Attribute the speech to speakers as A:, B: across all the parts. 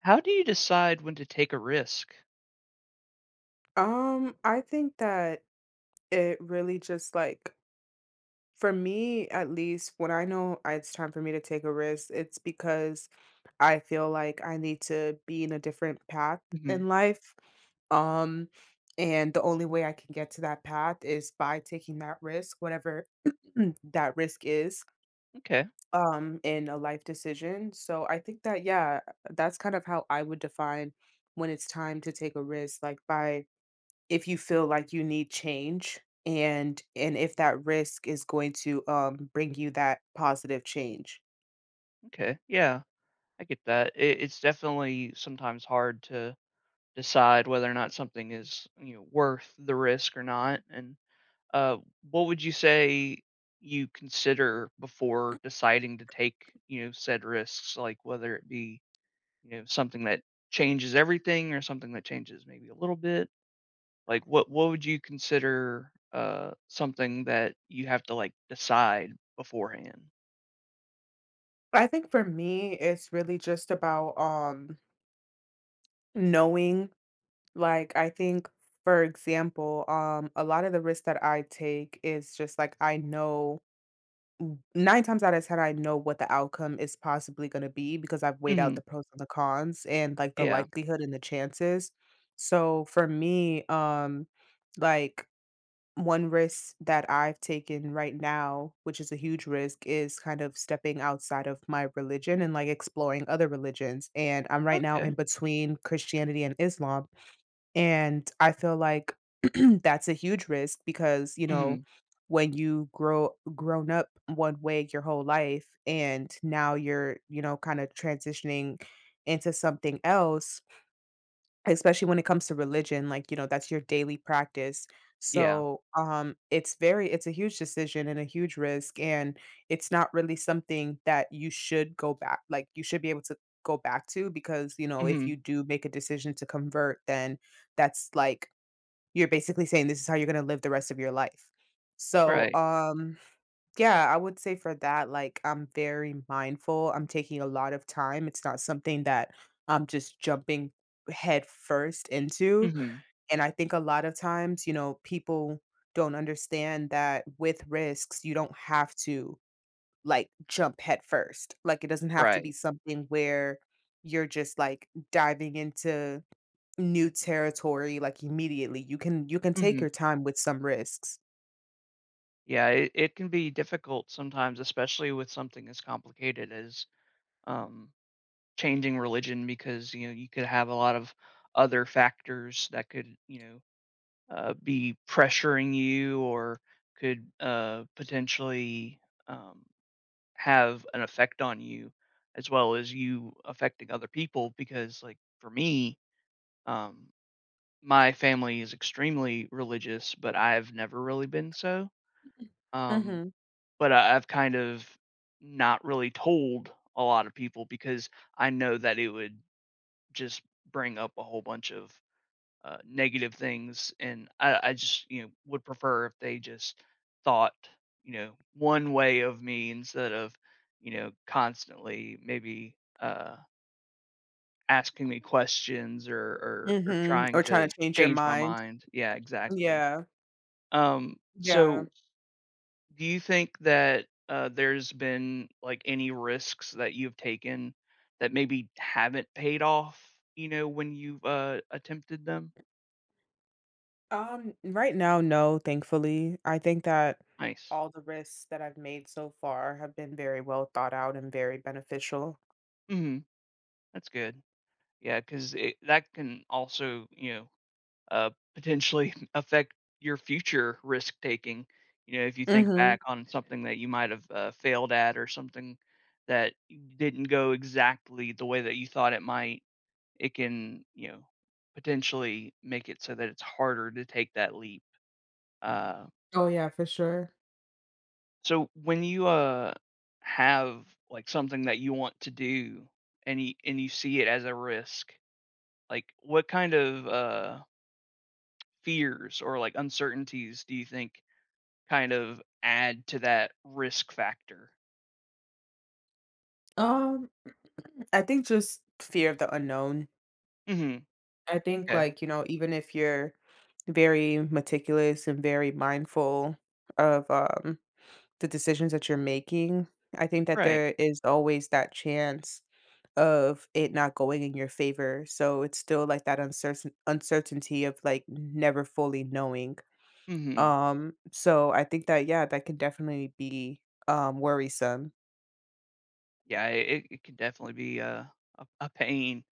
A: How do you decide when to take a risk?
B: I think that it really just like, for me at least, when I know it's time for me to take a risk, it's because I feel like I need to be in a different path
A: Mhm.
B: in life. Um, and the only way I can get to that path is by taking that risk, whatever that risk is,
A: Okay.
B: in a life decision. So I think that, yeah, that's kind of how I would define when it's time to take a risk, like by, if you feel like you need change and if that risk is going to bring you that positive change.
A: Okay. Yeah, I get that. It's definitely sometimes hard to decide whether or not something is worth the risk or not. And uh, what would you say you consider before deciding to take said risks, like whether it be something that changes everything or something that changes maybe a little bit? Like, what would you consider, something that you have to, like, decide beforehand?
B: I think for me it's really just about knowing. Like, I think for example, a lot of the risks that I take is just like, I know 9 times out of 10 I know what the outcome is possibly going to be because I've weighed out
A: Mhm.
B: the pros and the cons and like the
A: Yeah.
B: likelihood and the chances. So for me, like, one risk that I've taken right now, which is a huge risk, is kind of stepping outside of my religion and, like, exploring other religions, and I'm right now
A: Okay.
B: in between Christianity and Islam, and I feel like that's a huge risk because, you know,
A: Mhm.
B: when you grown up one way your whole life and now you're, you know, kinda transitioning into something else. Especially when it comes to religion, like, you know, that's your daily practice.
A: Yeah.
B: So, it's very, it's a huge decision and a huge risk, and it's not really something that you should be able to go back to because, you know, if
A: Mhm.
B: you do make a decision to convert, then that's like, you're basically saying this is how you're gonna live the rest of your life. So,
A: Right.
B: yeah, I would say for that, like, I'm very mindful. I'm taking a lot of time. It's not something that I'm just jumping head first into.
A: Mhm.
B: And I think a lot of times, you know, people don't understand that with risks, you don't have to like jump head first. Like, it doesn't have to be
A: Right.
B: something where you're just like diving into new territory like immediately. You can take
A: Mhm.
B: your time with some risks.
A: Yeah, it can be difficult sometimes, especially with something as complicated as, um, changing religion because, you could have a lot of other factors that could, be pressuring you, or could, potentially, um have an effect on you, as well as you affecting other people, because like for me, um my family is extremely religious, but I've never really been so um
B: Hmm.
A: but I've kind of not really told a lot of people because I know that it would just bring up a whole bunch of negative things, and I just would prefer if they just thought one way of me, instead of constantly maybe asking me questions, or
B: Mhm.
A: trying
B: Or
A: to
B: trying to change your
A: change my
B: mind.
A: mind. Yeah, exactly.
B: Yeah,
A: Um,
B: yeah.
A: so do you think that there's been like any risks that you've taken that maybe haven't paid off? You know, when you've attempted them.
B: Right now, no, thankfully. I think that
A: Nice.
B: all the risks that I've made so far have been very well thought out and very beneficial.
A: Hmm. That's good. Yeah, because that can also, potentially affect your future risk taking. If you think
B: Mm-hmm.
A: back on something that you might have, failed at, or something that didn't go exactly the way that you thought it might, it can, potentially make it so that it's harder to take that leap. Uh,
B: Oh yeah, for sure.
A: so when you, have, like, something that you want to do, and you see it as a risk, like, what kind of, fears or like uncertainties do you think kind of add to that risk factor?
B: Um, I think just fear of the unknown.
A: Mhm.
B: I think
A: Okay.
B: like, you know, even if you're very meticulous and very mindful of the decisions that you're making, I think that
A: Right.
B: there is always that chance of it not going in your favor, so it's still like that uncertainty of, like, never fully knowing.
A: Mhm.
B: So I think that, yeah, that could definitely be, worrisome.
A: Yeah, I it it can definitely be a pain,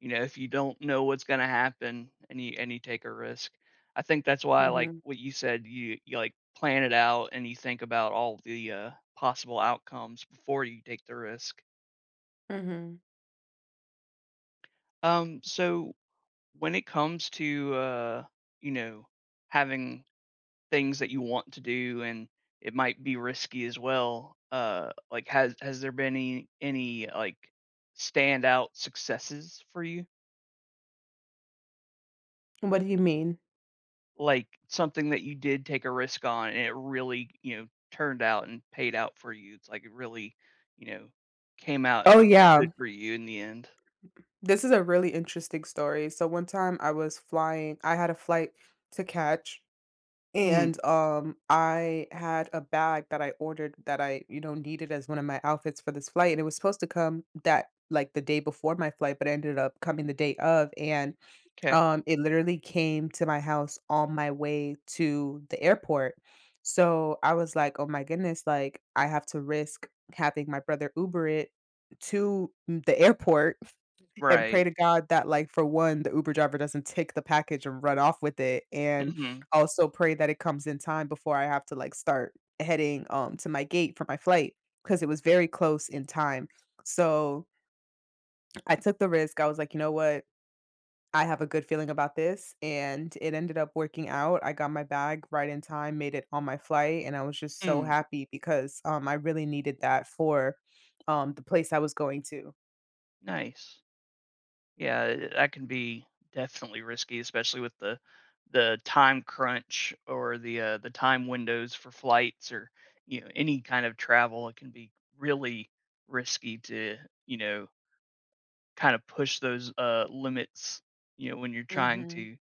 A: if you don't know what's gonna happen and you take a risk. I think that's why, like,
B: Mhm,
A: what you said, you, like, plan it out and you think about all the, possible outcomes before you take the risk.
B: mhm.
A: So when it comes to, you know, having things that you want to do, and it might be risky as well, like, has there been any like standout successes for you?
B: What do you mean?
A: Like something that you did take a risk on, and it really turned out and paid out for you? It's like it really you know came out
B: Oh,
A: good
B: yeah.
A: for you in the end.
B: This is a really interesting story. So one time I was flying, I had a flight to catch.
A: Hmm.
B: And, I had a bag that I ordered that I, you know, needed as one of my outfits for this flight, and it was supposed to come that like the day before my flight, but it ended up coming the day of, and,
A: Okay.
B: it literally came to my house on my way to the airport. So, I was like, "Oh my goodness, like, I have to risk having my brother Uber it to the airport." And
A: Right.
B: pray to God that, like, for one, the Uber driver doesn't take the package and run off with it, and
A: Hmm.
B: also pray that it comes in time before I have to, like, start heading, to my gate for my flight because it was very close in time. So, I took the risk, I was like, "You know what? I have a good feeling about this," and it ended up working out. I got my bag right in time, made it on my flight, and I was just so
A: Mm,
B: happy because, I really needed that for, the place I was going to.
A: nice. Yeah, that can be definitely risky, especially with the time crunch or the time windows for flights or any kind of travel. It can be really risky to you know kind of push those limits. You know, when you're trying
B: Mhm.
A: to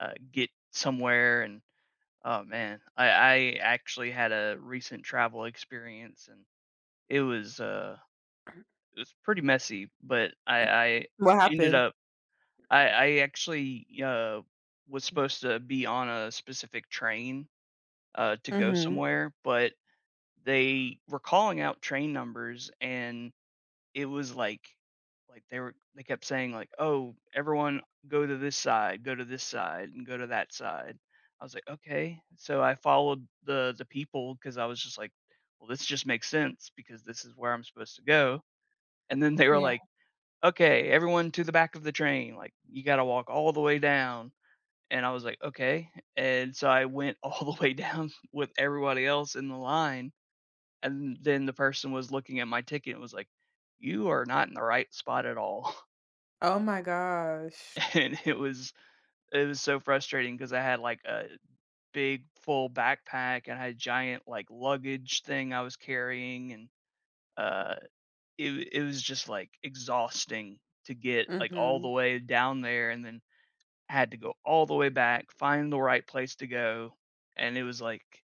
A: get somewhere, and oh man, I actually had a recent travel experience, and it was uh, it was pretty messy, but I
B: What
A: ended
B: happened?
A: up I actually, was supposed to be on a specific train, to go
B: Mhm.
A: somewhere, but they were calling out train numbers, and it was like they kept saying, like, "Oh, everyone, go to this side, go to this side, and go to that side." I was like, "Okay." So I followed the people, because I was just like, "Well, this just makes sense because this is where I'm supposed to go." And then they were
B: Yeah.
A: like, "Okay, everyone to the back of the train, like, you gotta walk all the way down." And I was like, "Okay." And so I went all the way down with everybody else in the line, and then the person was looking at my ticket and was like, "You are not in the right spot at all."
B: Oh my gosh.
A: And it was so frustrating because I had, like, a big full backpack, and I had a giant, like, luggage thing I was carrying, and, uh, it was just, like, exhausting to get, like, all the
B: Mhm.
A: way down there, and then I had to go all the way back, find the right place to go, and it was like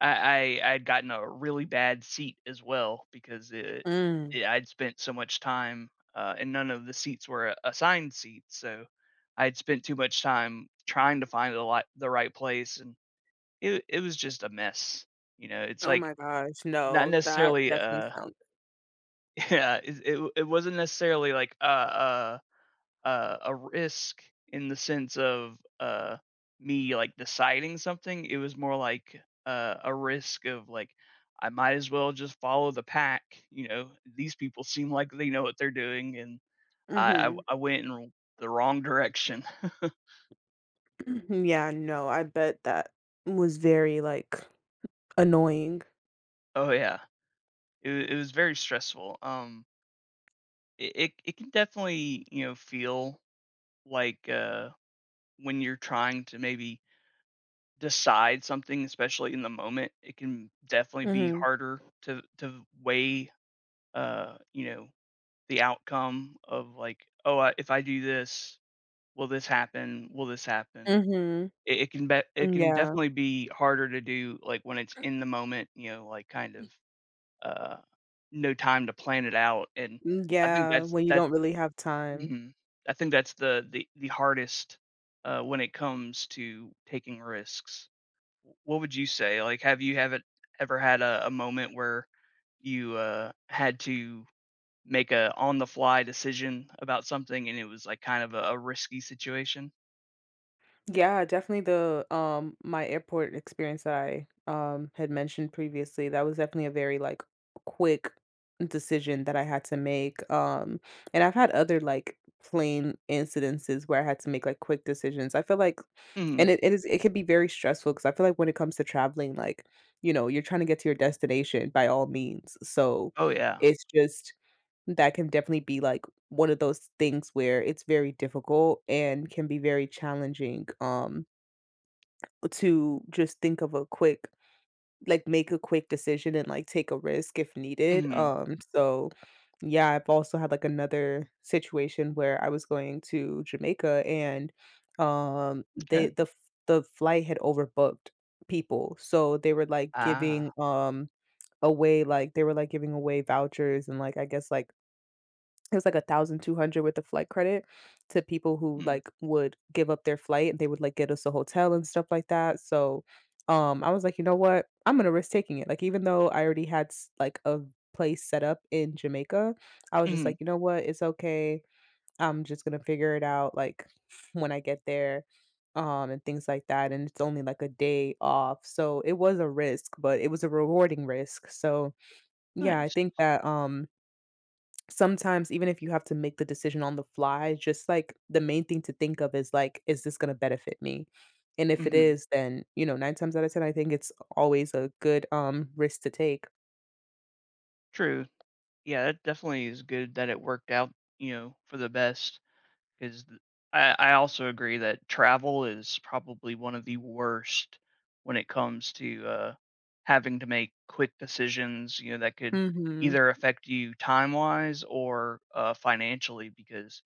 A: I'd gotten a really bad seat as well, because it
B: Mm.
A: it I'd spent so much time, and none of the seats were assigned seats, so I'd spent too much time trying to find the right place, and it was just a mess, you know? It's
B: Oh
A: like,
B: my gosh.
A: not
B: No, that
A: necessarily,
B: definitely sounds.
A: yeah, it wasn't necessarily like a risk in the sense of me, like, deciding something. It was more like a risk of like I might as well just follow the pack. You know, these people seem like they know what they're doing, and I I
B: Mhm.
A: I went in the wrong direction.
B: Yeah, no, I bet that was very, like, annoying.
A: Oh yeah, it was very stressful. It can definitely feel like when you're trying to maybe decide something, especially in the moment. It can definitely be
B: Mhm.
A: harder to weigh, uh, you know, the outcome of like, oh, if I do this, will this happen? Will this happen?
B: Mhm.
A: It can be, it
B: Mm,
A: can
B: yeah.
A: definitely be harder to do, like, when it's in the moment, like kind of uh, no time to plan it out, and
B: Mm,
A: I think
B: yeah,
A: that's
B: when you
A: that's
B: don't really have time.
A: Mhm. I think that's the hardest when it comes to taking risks. What would you say? Like, haven't ever had a moment where you had to make a on the fly decision about something, and it was like kind of a risky situation?
B: Yeah, definitely the my airport experience that I had mentioned previously, that was definitely a very like quick decision that I had to make. And I've had other like plane incidences where I had to make like quick decisions, I feel like. And
A: Hmm.
B: it can be very stressful because I feel like when it comes to traveling, like, you know, you're trying to get to your destination by all means. So
A: Oh yeah.
B: it's just that can definitely be, like, one of those things where it's very difficult and can be very challenging, to just think of a quick, like, make a quick decision and, like, take a risk if needed,
A: Hmm.
B: so, yeah, I've also had, like, another situation where I was going to Jamaica and,
A: Okay.
B: they the f the flight had overbooked people, so they were, like, giving,
A: Ah.
B: away, like they were, like, giving away vouchers and, like, I guess, like it was like 1,200 with the flight credit to people who,
A: Mm.
B: like, would give up their flight, and they would, like, get us a hotel and stuff like that, so, I was like, "You know what? I'm gonna risk taking it," like, even though I already had s like, a place set up in Jamaica, I was just
A: Mm-hmm.
B: like, "You know what? It's okay. I'm just gonna figure it out, like, when I get there," and things like that, and it's only, like, a day off, so it was a risk, but it was a rewarding risk, so, yeah, I
A: Nice.
B: think that, sometimes even if you have to make the decision on the fly, just, like, the main thing to think of is, like, "Is this gonna benefit me?" And if it
A: Hmm.
B: is, then, you know, nine times out of ten, I think it's always a good, risk to take.
A: True. Yeah, that definitely is good that it worked out. You know, for the best. Because I also agree that travel is probably one of the worst when it comes to having to make quick decisions. You know that could
B: Mhm.
A: either affect you time wise, or financially, because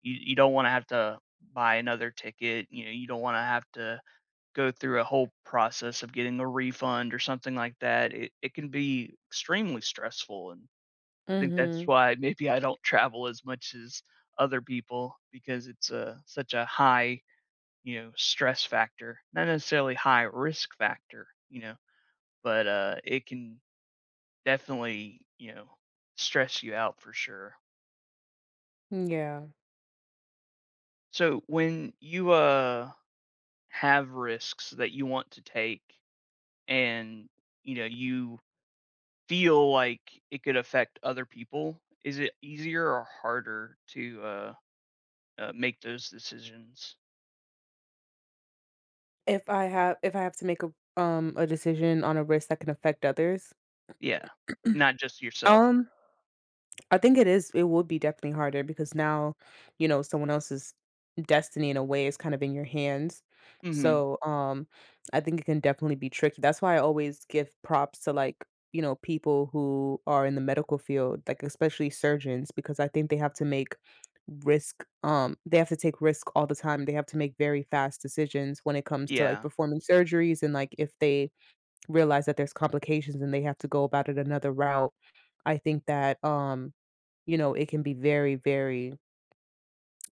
A: you don't want to have to buy another ticket. You know, you don't want to have to go through a whole process of getting a refund or something like that. It can be extremely stressful, and I think that's
B: Mhm.
A: why maybe I don't travel as much as other people, because it's a such a high, stress factor. Not necessarily high risk factor, but it can definitely, stress you out for sure.
B: Yeah.
A: So when you have risks that you want to take, and you know you feel like it could affect other people, is it easier or harder to make those decisions?
B: If I have, if I have to make a decision on a risk that can affect others?
A: Yeah, not just yourself.
B: Um I think it would be definitely harder because now, you know, someone else's destiny in a way is kind of in your hands.
A: Mhm.
B: So, I think it can definitely be tricky. That's why I always give props to, like, you know, people who are in the medical field, like especially surgeons because I think they have to make risk they have to take risk all the time. They have to make very fast decisions when it comes to like
A: Yeah.
B: performing surgeries and like if they realize that there's complications and they have to go about it another route. I think that, you know, it can be very, very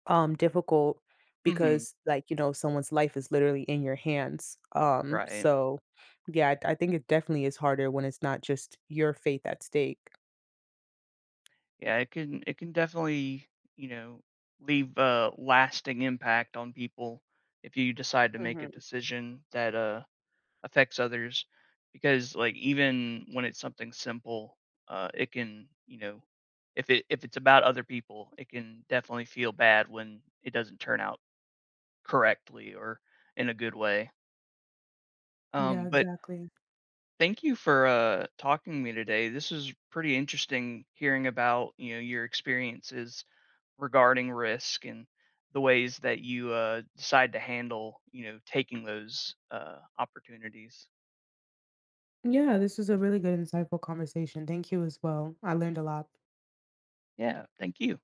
B: difficult
A: Mhm.
B: because like, you know, someone's life is literally in your hands.
A: Right.
B: So yeah, I think it definitely is harder when it's not just your faith at stake.
A: Yeah, it can definitely, you know, leave a lasting impact on people if you decide to make a
B: Hmm.
A: decision that, affects others, because, like, even when it's something simple, it can, if it if it's about other people, it can definitely feel bad when it doesn't turn out correctly or in a good way.
B: Yeah,
A: But
B: exactly.
A: thank you for talking to me today. This is pretty interesting, hearing about your experiences regarding risk, and the ways that you decide to handle taking those opportunities.
B: Yeah, this was a really good, insightful conversation. Thank you as well. I learned a lot.
A: Yeah, thank you.